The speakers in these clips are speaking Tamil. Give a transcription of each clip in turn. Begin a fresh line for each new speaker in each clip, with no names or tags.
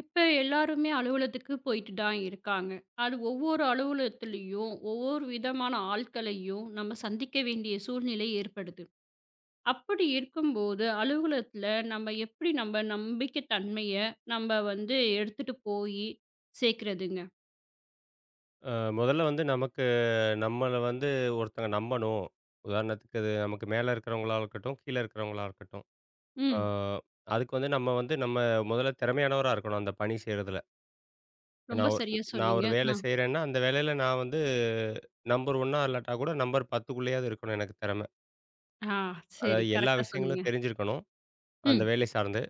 இப்ப எல்லாருமே அலுவலகத்துக்கு போயிட்டு தான் இருக்காங்க. அது ஒவ்வொரு அலுவலகத்திலயும், ஒவ்வொரு விதமான ஆட்களையும் நம்ம சந்திக்க வேண்டிய சூழ்நிலை ஏற்படுது. அப்படி இருக்கும்போது, அலுவலகத்துல நம்ம எப்படி நம்ம நம்பிக்கை தன்மைய நம்ம வந்து எடுத்துட்டு போயி சேர்க்கிறதுங்க?
அ முதல்ல வந்து நமக்கு நம்மள வந்து ஒருத்தங்க நம்பணும். உதாரணத்துக்கு அது நமக்கு மேல இருக்கிறவங்களா இருக்கட்டும், கீழ இருக்கிறவங்களா இருக்கட்டும். அ
ம்.
அதுக்கு வந்து நம்ம முதல்ல திறமையானவரா இருக்கணும், அந்த பணி செய்றதுல. இப்ப
ரொம்ப சரியா
நான்
சொன்னீங்க.
ஒரு
ஆ.
வேலை செய்றேன்னா, அந்த வேலையில நான் வந்து நம்பர் 1னா இல்லாட்டா கூட நம்பர் 10க்குள்ளேயாவது இருக்கணும் எனக்கு திறமை.
ஆ சரி.
அதாவது எல்லா
கரெக்ட்டா சொன்னீங்க.
விஷயங்களும் தெரிஞ்சிருக்கணும், அந்த
ம்.
வேலை சார்ந்து.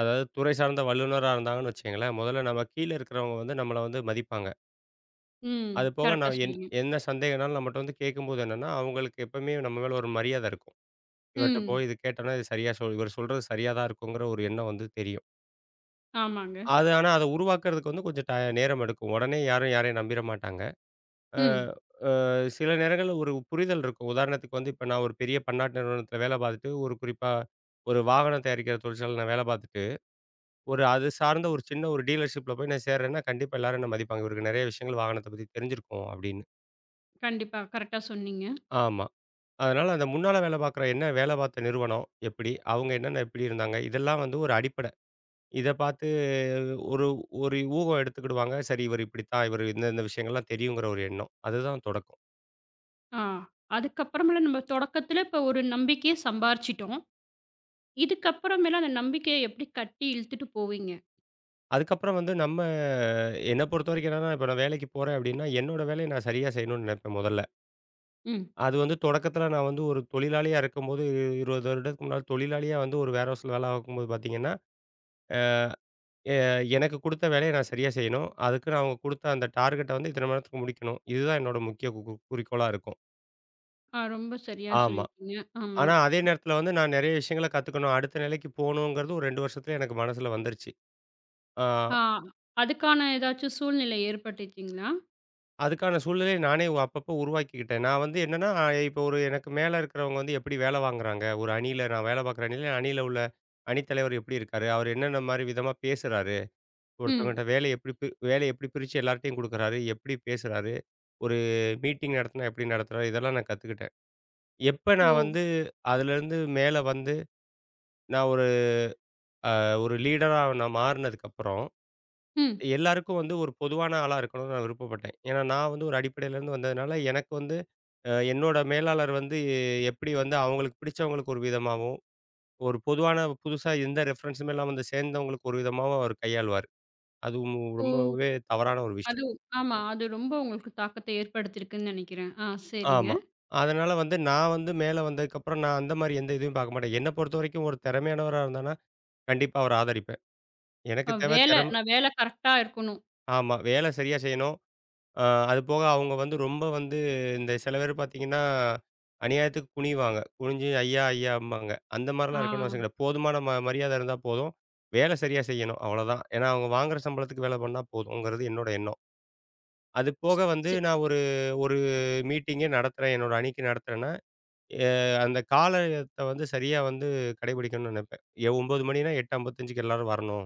அதாவது துறை சார்ந்த வல்லுனரா இருந்தாங்கன்னு வச்சுக்கங்களேன், முதல்ல நம்ம கீழ இருக்கிறவங்க வந்து நம்மள வந்து மதிப்பாங்க.
ம்.
அது போக
கரெக்ட்டா
நான் என்
சொன்னீங்க.
என்ன சந்தேகம்னாலும் நம்மட்ட வந்து கேட்கும்போது என்னன்னா, அவங்களுக்கு எப்பவுமே நம்ம மேல ஒரு மரியாதை இருக்கும். இவர்ட்ட போய்
ம்.
இது கேட்டோம்னா, இது சரியா சொல் இவர் சொல்றது சரியா தான் இருக்குங்கிற ஒரு எண்ணம் வந்து தெரியும்.
ஆமாங்க.
ஆனா அத உருவாக்குறதுக்கு வந்து கொஞ்சம் நேரம் எடுக்கும். உடனே யாரும் யாரையும் நம்பிற மாட்டாங்க. அ
ம்.
அ சில நேரங்கள்ல ஒரு புரிதல் இருக்கும். உதாரணத்துக்கு வந்து இப்ப நான் ஒரு பெரிய பன்னாட்டு நிறுவனத்தில வேலை பார்த்துட்டு, ஒரு குறிப்பா ஒரு வாகனம் தயாரிக்கிற தொழிற்சாலையில நான் வேலை பார்த்துட்டு, ஒரு அது சார்ந்த ஒரு சின்ன ஒரு டீலர்ஷிப்ல போய் நான் சேர்றேன்னா, கண்டிப்பா எல்லாரும் என்ன மதிப்பாங்க. இவருக்கு நெறைய விஷயங்கள் வாகனத்த பத்தி தெரிஞ்சிருக்கும் அப்படின்னு.
கண்டிப்பா. கரெக்ட்டா சொன்னீங்க.
ஆமா. அதனால அந்த முன்னால வேலை பார்க்குற வேலை பார்த்த நிறுவனம் எப்படி? அவங்க என்னென்ன எப்படி இருந்தாங்க? இதெல்லாம் வந்து ஒரு அடிப்படை. இத பார்த்து ஒரு ஒரு ஊகம் எடுத்துக்கிடுவாங்க. சரி இவர் இப்படித்தான், இவர் இந்த இந்த விஷயங்கள்லாம் தெரியுங்கிற ஒரு எண்ணம். அதுதான் தொடக்கம்.
ஆ. அதுக்கப்புறமேல நம்ம தொடக்கத்தில இப்ப ஒரு நம்பிக்கைய சம்பாரிச்சுட்டோம். இதுக்கப்புறமேல அந்த நம்பிக்கைய எப்படி கட்டி இழுத்துட்டு போவீங்க?
அதுக்கப்புறம் வந்து என்ன பொறுத்தவரைக்கும் என்னன்னா, இப்ப நான் வேலைக்கு போறேன் அப்படின்னா, என்னோட வேலைய நான் சரியா செய்யணும்னு நினைப்பேன் முதல்ல.
ம்.
அது வந்து தொடக்கத்தில நான் வந்து ஒரு தொழிலாளியா இருக்கும்போது 20 வருடத்துக்கு முன்னால தொழிலாளியா வந்து ஒரு வேர் ஹவுஸ்ல வேலை பார்க்கும்போது பார்த்தீங்கன்னா எ எனக்கு குடுத்த வேலைய நான் சரியா செய்யணும். அதுக்குன்னு அவங்க குடுத்த அந்த டார்கெட்ட வந்து இத்தன மணி நேரத்துக்கு முடிக்கணும். இதுதான் என்னோட முக்கிய கு கு குறிக்கோளா இருக்கும்.
ஆ ரொம்ப சரியா
ஆமா.
சொல்லியிருக்கீங்க. ஆமா.
ஆனா அதே நேரத்தில வந்து நான் நெறைய விஷயங்கள கத்துக்கணும். அடுத்த நிலைக்கு போணுங்கிறது ஒரு 2 வருஷத்துல எனக்கு மனசுல வந்துருச்சு. ஆ
ஆ அதுக்கான ஏதாச்சும் சூழ்நிலை ஏற்பட்டுச்சுங்களா?
அதுக்கான சூழ்நிலைய நானே அப்பப்போ உருவாக்கிக்கிட்டேன். நான் வந்து என்னன்னா, இப்போ ஒரு எனக்கு மேல இருக்கிறவங்க வந்து எப்படி வேல வாங்குறாங்க? ஒரு அணியில நான் வேல பார்க்குற அணியில, உள்ள அணித்தலைவர் எப்படி இருக்காரு? அவர் என்னென்ன மாரி விதமா பேசுறாரு?
ம்.
ஒருத்தவங்கட்ட வேலைய எப்படி பிரிச்சு எல்லார்ட்டயும் குடுக்குறாரு? எப்படி பேசுறாரு? ஒரு மீட்டிங் நடத்தினா எப்படி நடத்துறாரு? இதெல்லாம் நான் கத்துக்கிட்டேன். எப்ப
ஓ!
நான் வந்து அதுலேருந்து மேல வந்து நான் ஒரு ஒரு லீடரா நான் மாறுனதுக்கப்புறம்,
ம்.
எல்லாருக்கும் வந்து ஒரு பொதுவான ஆளா இருக்கணும்னு நான் விருப்பப்பட்டேன். ஏன்னா நான் வந்து ஒரு அடிப்படையிலேருந்து வந்ததுனால, எனக்கு வந்து என்னோட மேலாளர் வந்து எப்படி வந்து அவங்களுக்கு பிடிச்சவங்களுக்கு ஒரு விதமாவும், ஒரு பொதுவான புதுசா எந்த ரெஃபரன்ஸுமே இல்லாம வந்து சேர்ந்தவங்களுக்கு ஒரு விதமாவும் அவர் கையாளுவார். அதுவும்
ஓ!
ரொம்பவே தவறான ஒரு
அது
விஷயம்.
ஆமா. அது ரொம்ப உங்களுக்கு தாக்கத்த ஏற்படுத்தியிருக்குன்னு நெனைக்கிறேன். ஆ சரிங்க.
ஆமா. அதனால வந்து நான் வந்து மேல வந்ததுக்கப்புறம் நான் அந்த மாரி எந்த இதுவும் பார்க்க மாட்டேன். என்ன பொறுத்தவரைக்கும் ஒரு திறமையானவரா இருந்தான்னா, கண்டிப்பா அவர ஆதரிப்பேன். எனக்கு
அ
தேவை
வேல
திறமை.
நான் வேல கரெக்ட்டா இருக்கணும்.
ஆமா. வேலை சரியா செய்யணும். அ அது போக அவங்க வந்து ரொம்ப வந்து இந்த சில பேர் பார்த்தீங்கன்னா, அநியாயத்துக்கு குனிவாங்க. குனிஞ்சு ஐயா! ஐயாம்பாங்க. அந்த
ஆ.
மாரிலாம் இருக்கணும்னு அவசியம் கிடையாது. போதுமான மரியாதை இருந்தா போதும். வேலை சரியா செய்யணும். அவ்வளோதான். ஏன்னா அவங்க வாங்குற சம்பளத்துக்கு வேலை பண்ணா போதும்ங்கிறது என்னோட எண்ணம். அது போக வந்து
ஸ்
நான் ஒரு ஒரு மீட்டிங்கே நடத்துறேன். என்னோட அணிக்கு நடத்துறேன்னா எ அந்த காலத்த வந்து சரியா வந்து கடைபிடிக்கணும்னு நெனைப்பேன். 9:00 மணின்னா 8:55க்கு எல்லாரும் வரணும்.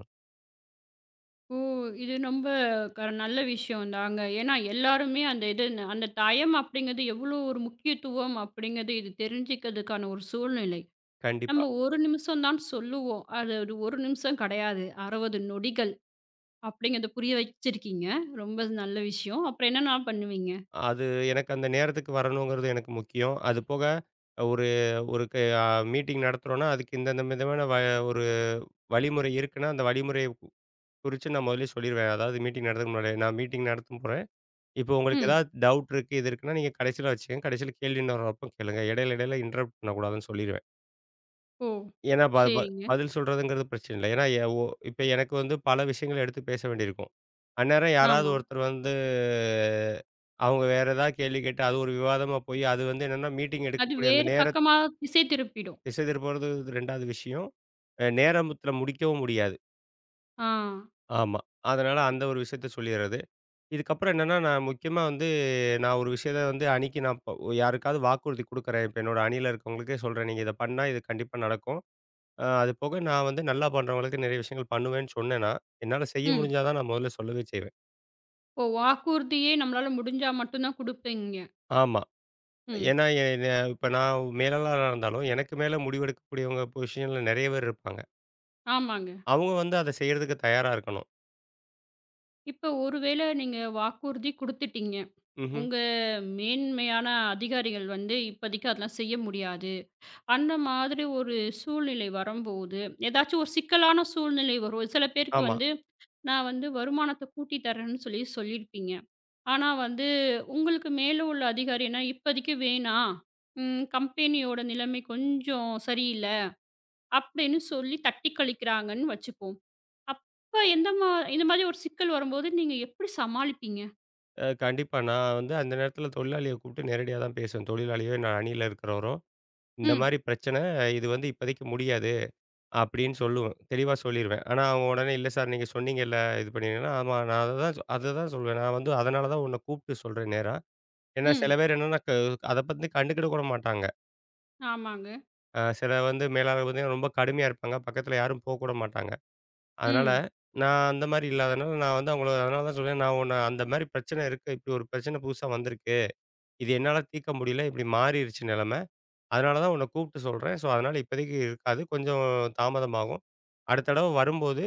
ஓ! இது ரொம்ப நல்ல விஷயம் தாங்க. ஏன்னா எல்லாருமே அந்த இது அந்த டயம் அப்படிங்கிறது எவ்வளோ ஒரு முக்கியத்துவம் அப்படிங்கிறது இது தெரிஞ்சுக்கிறதுக்கான ஒரு சூழ்நிலை.
கண்டிப்பா.
நம்ம 1 நிமிஷம் தான் சொல்லுவோம். அது அது 1 நிமிஷம் கிடையாது. 60 நொடிகள் அப்படிங்கிறத புரிய வச்சிருக்கீங்க. ரொம்ப நல்ல விஷயம். அப்புறம் என்னலாம் பண்ணுவீங்க?
அது எனக்கு அந்த நேரத்துக்கு வரணுங்கிறது எனக்கு முக்கியம். அது போக ஒரு ஒரு க அ மீட்டிங் நடத்துறோம்னா, அதுக்கு இந்த இந்த விதமான ஒரு வழிமுறை இருக்குன்னா, அந்த வழிமுறைய குறிச்சு நான் முதல்லயே சொல்லிருவேன். அதாவது மீட்டிங் நடத்துறதுக்கு முன்னாடியே, "நான் மீட்டிங் நடத்த போறேன். இப்போ உங்களுக்கு
ம்.
ஏதாவது டவுட் இருக்கு, இது இருக்குன்னா, நீங்க கடைசியில வச்சுக்கங்க. கடைசியில கேள்வி நேரம் வரப்போ கேளுங்க. இடையில இடையில இன்டரப்ட் பண்ணக்கூடாதுன்னு" சொல்லிருவேன்.
ஓ!
ஏன்னா, ப ப
சரிங்க.
பதில் சொல்றதுங்கிறது பிரச்சனை இல்ல. ஏன்னா, எ ஒ இப்ப எனக்கு வந்து பல விஷயங்கள எடுத்து பேச வேண்டியிருக்கும். அந்நேரம் யாராவது
ஆமா.
ஒருத்தர் வந்து அவங்க வேற ஏதாவது கேள்வி கேட்டு, அது ஒரு விவாதமா போய், அது வந்து என்னன்னா மீட்டிங்
அது
எடுக்கக்கூடிய அந்த
வேறு பக்கமா திசை திருப்பிடும்.
திசை திருப்புறது 2வது விஷயம். நேரத்துல முடிக்கவும் முடியாது.
ஆ.
ஆமா. அதனால அந்த ஒரு விஷயத்த சொல்லிர்றது. இதுக்கப்புறம் என்னன்னா, நான் முக்கியமா வந்து நான் ஒரு விஷயத்த வந்து அணிக்கு நான் ப யாருக்காவது வாக்குறுதி குடுக்குறேன். இப்ப என்னோட அணியில இருக்கவங்களுக்கே சொல்றேன். நீங்க இத பண்ணா இது கண்டிப்பா நடக்கும். அது போக நான் வந்து நல்லா பண்றவங்களுக்கு நெறைய விஷயங்கள் பண்ணுவேன்னு சொன்னேன்னா, என்னால செய்ய
ம்.
முடிஞ்சா தான் நான் முதல்ல சொல்லவே செய்வேன்.
ஓ! வாக்குறுதியே நம்மளால முடிஞ்சா மட்டும் தான் குடுப்பீங்க.
ஆமா.
ம்.
ஏன்னா, எ ந இப்ப நான் மேலாளரா இருந்தாலும், எனக்கு மேல முடிவெடுக்கக்கூடியவங்க பொசிஷன்ல நெறைய பேர் இருப்பாங்க.
ஆமாங்க.
அவங்க வந்து அத செய்யறதுக்கு தயாரா இருக்கணும்.
இப்ப ஒருவேளை நீங்க வாக்குறுதி குடுத்துட்டீங்க.
ம்ஹ்ம்.
உங்க மேன்மையான அதிகாரிகள் வந்து இப்போதைக்கு அதெல்லாம் செய்ய முடியாது. அந்த மாதிரி ஒரு சூழ்நிலை வரும்போது, ஏதாச்சும் ஒரு சிக்கலான சூழ்நிலை வரும். சில பேருக்கு
ஆமா.
வந்து, நான் வந்து வருமானத்த கூட்டி தரேன்னு சொல்லியிருப்பீங்க. ஆனா வந்து உங்களுக்கு மேல உள்ள அதிகாரினா இப்போதைக்கு வேணாம். ம் கம்பெனியோட நிலைமை கொஞ்சம் சரியில்ல. அப்படின்னு சொல்லி தட்டி கழிக்கிறாங்கன்னு வச்சுப்போம். அப்ப எந்த மா இந்த மாதிரி ஒரு சிக்கல் வரும்போது நீங்க எப்படி சமாளிப்பீங்க?
கண்டிப்பா. நான் வந்து அந்த நேரத்தில தொழிலாளிய கூப்பிட்டு நேரடியா தான் பேசுவேன். தொழிலாளியோ, இல்ல அணியில இருக்கிறவரோ, இந்த
ம்,
மாரி பிரச்சனை. இது வந்து இப்போதைக்கு முடியாது. அப்படின்னு சொல்லுவேன். தெளிவா சொல்லிருவேன். ஆனா அவன் உடனே, "இல்ல சார் நீங்க சொன்னீங்கல்ல, இது பண்ணினீங்கன்னா" ஆமா நான் அததான் சொல்வேன். நான் வந்து அதனால தான் உன்ன கூப்பிட்டு சொல்றேன் நேரா. ஏன்னா சில
ம்.
பேர் என்னன்னா அத பத்தி கண்டுக்கிட கூட மாட்டாங்க.
ஆமாங்க.
சில வந்து மேலாளர்கள் பார்த்தீங்கன்னா ரொம்ப கடுமையா இருப்பாங்க. பக்கத்துல யாரும் போக்கூட மாட்டாங்க. அதனால
ம்.
நான் அந்த மாரி இல்லாதனால, நான் வந்து அவங்கள அதனால தான் சொல்றேன். நான் உன்ன அந்த மாரி பிரச்சனை இருக்கு. இப்படி ஒரு பிரச்சனை புதுசா வந்திருக்கு. இது என்னால தீர்க்க முடியல. இப்படி மாறிருச்சு நிலைமை. அதனால தான் உன்னை கூப்பிட்டு சொல்றேன். ஸோ, அதனால இப்போதைக்கு இருக்காது. கொஞ்சம் தாமதமாகும். அடுத்த தடவ வரும்போது,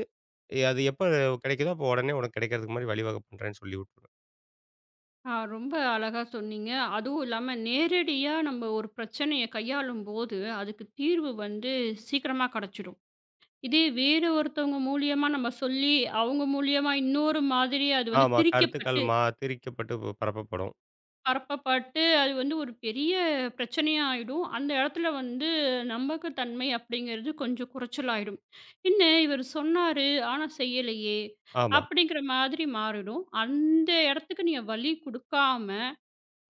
அது எப்ப கிடைக்குதோ, அப்போ உடனே உனக்கு கிடைக்கிறதுக்கு மாரி வழிவகை பண்றேன்னு சொல்லி விட்டுருவேன்.
ஆ ரொம்ப அழகா சொன்னீங்க. அதுவும் இல்லாம நேரடியா நம்ம ஒரு பிரச்சனைய கையாளும்போது, அதுக்கு தீர்வு வந்து சீக்கிரமா கிடைச்சிடும். இதே வேறு ஒருத்தவங்க மூலியமா நம்ம சொல்லி, அவங்க மூலியமா இன்னொரு மாதிரி அது வந்து
ஆமா. கருத்துக்கள்
திரிக்கப்பட்டு
திரிக்கப்பட்டு பரப்பப்படும்.
பரப்பப்பட்டு அது வந்து ஒரு பெரிய பிரச்சனையா ஆயிடும். அந்த இடத்துல வந்து நம்பகத்தன்மை அப்படிங்கிறது கொஞ்சம் குறைச்சலாயிடும். "என்ன இவரு சொன்னாரு, ஆனா செய்யலையே!"
ஆமா,
அப்படிங்கிற மாதிரி மாறிடும். அந்த இடத்துக்கு நீங்க வழி குடுக்காம,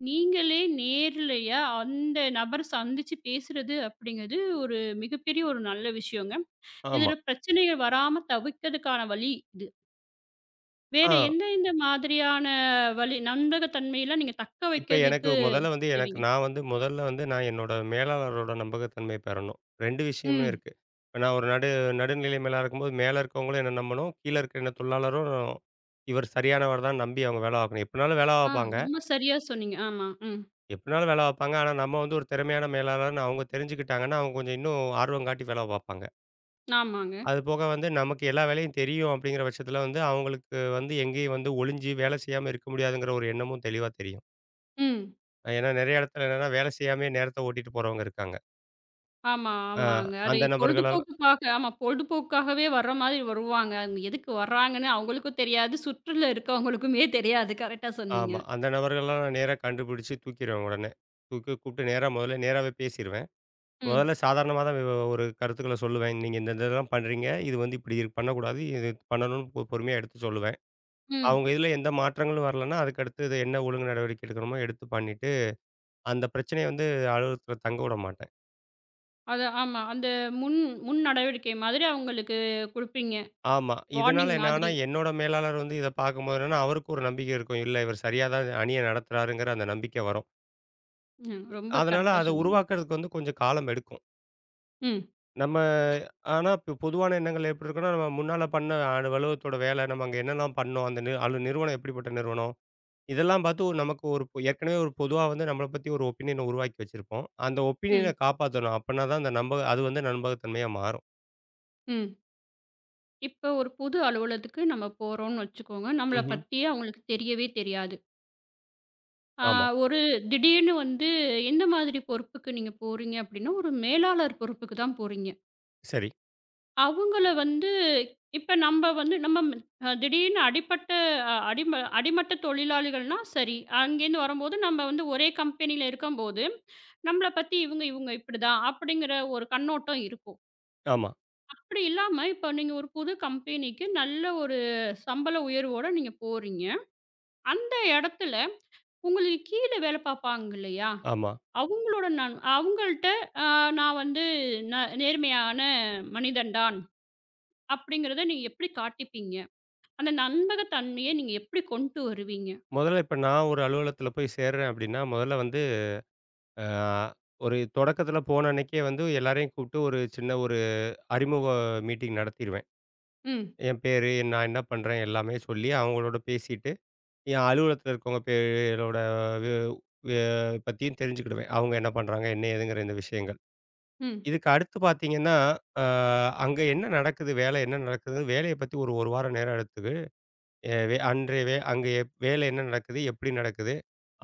நீங்களே நேர்லயா அந்த நபர சந்திச்சு பேசுறது அப்படிங்கிறது ஒரு மிகப்பெரிய ஒரு நல்ல விஷயங்க.
ஆமா.
இதுல பிரச்சனைகள் வராம தவிர்க்கிறதுக்கான வழி இது. வேற
ஆ
எந்த எந்த மாதிரியான வழி நம்பகத்தன்மையில நீங்க தக்க
இப்ப எனக்கு
வைக்கிறதுக்கு
முதல்ல வந்து
செய்வீங்க?
நான் வந்து முதல்ல வந்து நான் என்னோட மேலாளரோட நம்பகத்தன்மைய பெறணும். 2 விஷயமே
ம்.
இருக்கு. இப்ப நான் ஒரு நடு நடுநிலை மேலா இருக்கும்போது, மேல இருக்கவங்களும் என்ன நம்பணும். கீழ இருக்கிற என்ன தொழிலாளரும், இவர் சரியானவர் தான் நம்பி அவங்க வேலை பார்க்கணும். எப்படினாலும் வேலை
ஆ
பார்ப்பாங்க.
ரொம்ப சரியா சொன்னீங்க. ஆமா. ம்.
எப்படினாலும் வேலை பார்ப்பாங்க. ஆனா, நம்ம வந்து ஒரு திறமையான மேலாளர்ன்னு அவங்க தெரிஞ்சுக்கிட்டாங்கன்னா, அவங்க கொஞ்சம் இன்னும் ஆர்வம் காட்டி வேலை பார்ப்பாங்க.
ஆமாங்க.
அது போக வந்து நமக்கு எல்லா வேலையும் தெரியும் அப்படிங்கிற பட்சத்தில வந்து, அவங்களுக்கு வந்து எங்கேயும் வந்து ஒளிஞ்சு வேலை செய்யாம இருக்க முடியாதுங்கிற ஒரு எண்ணமும் தெளிவா தெரியும்.
ம்.
ஏன்னா நெறைய இடத்துல என்னன்னா வேலை செய்யாமயே நேரத்த ஓட்டிட்டு போறவங்க இருக்காங்க.
ஆமா,
அ
ஆமாங்க. அது
அந்த நபர்களால
பொழுதுபோக்குக்காக ஆமா பொழுதுபோக்குக்காகவே வர்ற மாதிரி வருவாங்க. அவங்க எதுக்கு வர்றாங்கன்னு அவங்களுக்கும் தெரியாது. சுற்றுல இருக்கவங்களுக்குமே தெரியாது. கரெக்ட்டா சொன்னீங்க.
ஆமா. அந்த நபர்களெல்லாம் நான் நேரா கண்டுபிடிச்சு தூக்கிருவேன் உடனே. தூக்கி கூப்பிட்டு நேரா முதல்ல நேராவே பேசிருவேன்.
ம்,
முதல்ல சாதாரணமா தான் ஒரு கருத்துக்கள சொல்லுவேன். நீங்க இந்த இந்த இதெல்லாம் பண்றீங்க. இது வந்து இப்படி பண்ணக்கூடாது. இது பண்ணணும்னு பொறுமையா எடுத்து சொல்லுவேன்.
ம்.
அவங்க இதுல எந்த மாற்றங்களும் வரலன்னா, அதுக்கு அடுத்தது என்ன ஒழுங்கு நடவடிக்கை எடுக்கணுமோ எடுத்து பண்ணிட்டு, அந்த பிரச்சனைய வந்து அலுவலகத்துல தங்க விட மாட்டேன்.
அது ஆமா. அந்த முன் முன் நடவடிக்கை மாதிரி அவங்களுக்கு குடுப்பீங்க.
ஆமா. இதனால
வார்னிங்
என்ன ஆகும்னா,
மாதிரி.
என்னோட மேலாளர் வந்து இத பார்க்கும்போது என்னன்னா, அவருக்கு ஒரு நம்பிக்கை இருக்கும். இல்ல இவர் சரியா தான் அணிய நடத்துறாருங்கிற அந்த நம்பிக்கை வரும்.
ம். ரொம்ப
அதனால
கரெக்ட்டா
அத
சொன்னீங்க.
உருவாக்குறதுக்கு வந்து கொஞ்சம் காலம் எடுக்கும்.
ம்,
நம்ம ஆனா இப்ப பொதுவான எண்ணங்கள் எப்படி இருக்குன்னா, நம்ம முன்னால பண்ண அலுவலகத்தோட வேலை, நம்ம அங்க என்னலாம் பண்ணோம், அந்த நிறுவனம் எப்படிப்பட்ட நிறுவனம்? இதெல்லாம் பார்த்து ஒரு ஏற்கனவே ஒரு பொதுவா வந்து நம்மள பத்தி ஒரு ஒப்பீனியன உருவாக்கி வச்சிருப்போம். அந்த ஒப்பீனியன
ம்,
காப்பாத்தணும். அப்பன்னா தான் அந்த நம்ப அது வந்து நம்பகத்தன்மையா மாறும்.
ம். இப்ப ஒரு புது அலுவலகத்துக்கு நம்ம போறோம்னு வச்சுக்கோங்க. நம்மள
ம்ஹ்ம்.
பத்தி அவங்களுக்கு தெரியவே தெரியாது. ஆ,
ஆமா.
ஒரு திடீர்னு வந்து எந்த மாதிரி பொறுப்புக்கு நீங்க போறீங்க அப்படின்னா, ஒரு மேலாளர் பொறுப்புக்கு தான் போறீங்க.
சரி.
அவங்கள வந்து இப்ப நம்ப வந்து நம்ம அ திடீர்னு அடிப்பட்ட அ அடிம அடிமட்ட தொழிலாளிகள்னா சரி. அங்கேருந்து வரும்போது நம்ம வந்து ஒரே கம்பெனியில இருக்கம்போது, நம்மள பத்தி இவங்க இவங்க இப்படிதான் அப்படிங்கிற ஒரு கண்ணோட்டம் இருக்கும்.
ஆமா,
அப்படி இல்லாம இப்ப நீங்க ஒரு புது கம்பெனிக்கு நல்ல ஒரு சம்பள உயர்வோட நீங்க போறீங்க. அந்த இடத்துல உங்களுக்கு கீழ வேலை பார்ப்பாங்க இல்லையா?
ஆமா.
அவங்களோட நான் அவங்கள்ட்ட அ நான் வந்து ந நேர்மையான மனிதன் தான் அப்படிங்கிறத நீங்க எப்படி காட்டிப்பீங்க? அந்த நம்பகத்தன்மைய நீங்க எப்படி கொண்டு வருவீங்க?
முதல்ல இப்ப நான் ஒரு அலுவலகத்தில போய் சேர்றேன் அப்டின்னா, முதல்ல வந்து அ ஒரு தொடக்கத்தில போன அன்னைக்கே வந்து எல்லாரையும் கூப்பிட்டு ஒரு சின்ன ஒரு அறிமுக மீட்டிங் நடத்திருவேன்.
ம்,
என் பேரு, நான் என்ன பண்றேன் எல்லாமே சொல்லி அவங்களோட பேசிட்டு, என் அலுவலகத்தில இருக்கவங்க பேரோட வே வே பத்தியும் தெரிஞ்சுக்கிடுவேன். அவங்க என்ன பண்றாங்க? என்ன ஏதுங்கிற இந்த விஷயங்கள்.
ம்,
இதுக்கு அடுத்து பார்த்தீங்கன்னா, அ அங்க என்ன நடக்குது? வேலை என்ன நடக்குது? வேலைய பத்தி ஒரு 1 வாரம் நேரம் எடுத்துது. எ வே அன்றைய வே அங்க எப் வேலை என்ன நடக்குது? எப்படி நடக்குது?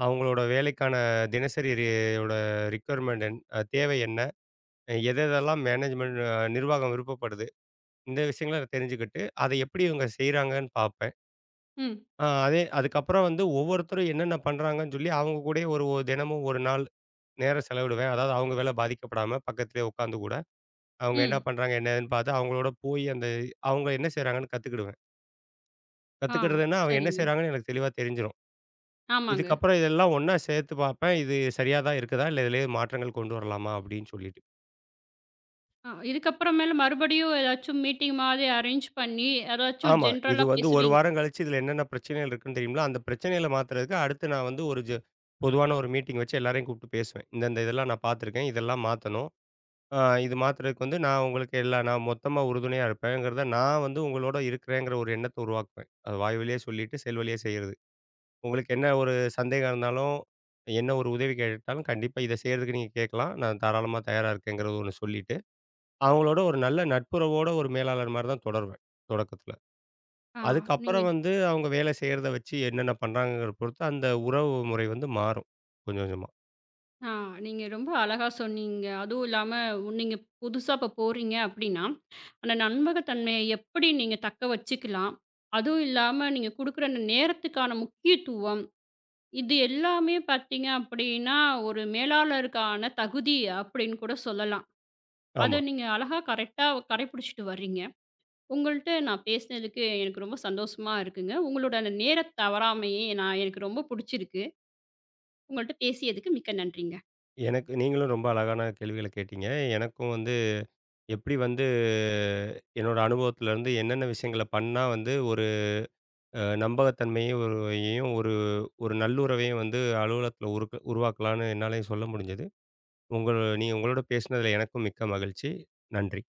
அவங்களோட வேலைக்கான தினசரி ரி யோட ரிக்வயர்மெண்ட் என் அ தேவை என்ன? எதெல்லாம் மேனேஜ்மெண்ட் நிர்வாகம் விருப்பப்படுது? இந்த விஷயங்கள நான் தெரிஞ்சுக்கிட்டு, அத எப்படி இவங்க செய்றாங்கன்னு பார்ப்பேன்.
ம்,
அ அதே அதுக்கப்புறம் வந்து ஒவ்வொருத்தரும் என்னென்ன பண்றாங்கன்னு சொல்லி, அவங்க கூடயே ஒரு ஒ தினமும் 1 நாள் நேரம் செலவிடுவேன். அதாவது அவங்க வேலை பாதிக்கப்படாம பக்கத்திலேயே உட்காந்து கூட. அவங்க என்ன
ம்.
பண்றாங்க? என்ன ஏதுன்னு பார்த்து, அவங்களோட போய் அந்த அவங்க என்ன செய்றாங்கன்னு கத்துக்கிடுவேன்.
ஆ,
கத்துக்கிடுறதுன்னா, அவங்க என்ன
சரிங்க.
செய்றாங்கன்னு எனக்கு தெளிவா தெரிஞ்சிரும்.
ஆமாங்க.
இதுக்கப்புறம் இதெல்லாம் ஒண்ணா சேர்த்து பார்ப்பேன். இது சரியா தான் இருக்குதா? இல்ல இதிலேயே மாற்றங்கள் கொண்டு வரலாமா? அப்படின்னு சொல்லிட்டு.
இதுக்கப்புறமேல மறுபடியும் ஏதாச்சும் மீட்டிங் மாதிரி அரேஞ்ச் பண்ணி, ஏதாச்சும்
ஆமா. இது
ஜென்ரலா
வந்து 1
பேசுவீங்க.
வாரம் கழிச்சு இதில என்னென்ன பிரச்சனைகள் இருக்குன்னு தெரியும்ல, அந்த பிரச்சனைகள மாத்துறதுக்கு அடுத்து நான் வந்து ஒரு ஜ பொதுவான ஒரு மீட்டிங் வச்சு எல்லாரையும் கூப்பிட்டு பேசுவேன். இந்தந்த இதெல்லாம் நான் பார்த்துருக்கேன். இதெல்லாம் மாத்தணும். அ இது மாத்துறதுக்கு வந்து நான் உங்களுக்கு நான் மொத்தமா உறுதுணையா இருப்பேங்கிறத நான் வந்து உங்களோட இருக்கிறேங்கிற ஒரு எண்ணத்த உருவாக்குவேன். அது வாய் வழியா சொல்லிட்டு, செயல் வழியா செய்றது. உங்களுக்கு என்ன ஒரு சந்தேகம் இருந்தாலும், என்ன ஒரு உதவி கேட்டாலும் கண்டிப்பா இத செய்றதுக்கு நீங்க கேட்கலாம். நான் தாராளமா தயாரா இருக்கேங்கிறது ஒண்ணு சொல்லிட்டு, அவங்களோட ஒரு நல்ல நட்புறவோட ஒரு மேலாளர் மாரி தான் தொடருவேன், தொடக்கத்துல.
ஆ, நீங்க
அதுக்கப்புறம் வந்து அவங்க வேலை செய்றத வச்சு என்னென்ன பண்றாங்கங்கிறத பொறுத்து அந்த உறவு முறை வந்து மாறும், கொஞ்சம் கொஞ்சமா.
ஆ நீங்க ரொம்ப அழகா சொன்னீங்க. அதுவும் இல்லாம நீங்க புதுசா இப்ப போறீங்க அப்டின்னா, அந்த நம்பகத்தன்மைய எப்படி நீங்க தக்க வச்சுக்கலாம்? அதுவும் இல்லாம நீங்க குடுக்குற அந்த நேரத்துக்கான முக்கியத்துவம், இது எல்லாமே பார்த்தீங்க அப்டின்னா, ஒரு மேலாளருக்கான தகுதி அப்டின்னு கூட சொல்லலாம். அத
ஆமா.
நீங்க அழகா கரெக்ட்டா கடைபிடிச்சுட்டு வர்றீங்க. உங்கள்ட்ட நான் பேசினதுக்கு எனக்கு ரொம்ப சந்தோஷமா இருக்குங்க. உங்களோட அந்த நேரத் தவறாமையே நான் எனக்கு ரொம்ப புடிச்சிருக்கு. உங்கள்ட்ட பேசியதுக்கு மிக்க நன்றிங்க.
எனக்கு நீங்களும் ரொம்ப அழகான கேள்விகள கேட்டீங்க. எனக்கும் வந்து எப்படி வந்து என்னோட அனுபவத்திலருந்து என்னென்ன விஷயங்கள பண்ணா வந்து ஒரு நம்பகத்தன்மையும் ஒரு ஒரு நல்லுறவையும் வந்து அலுவலகத்துல உருவாக்கலான்னு என்னாலயும் சொல்ல முடிஞ்சது. நீங்க உங்களோட பேசினதுல எனக்கும் மிக்க மகிழ்ச்சி. நன்றி.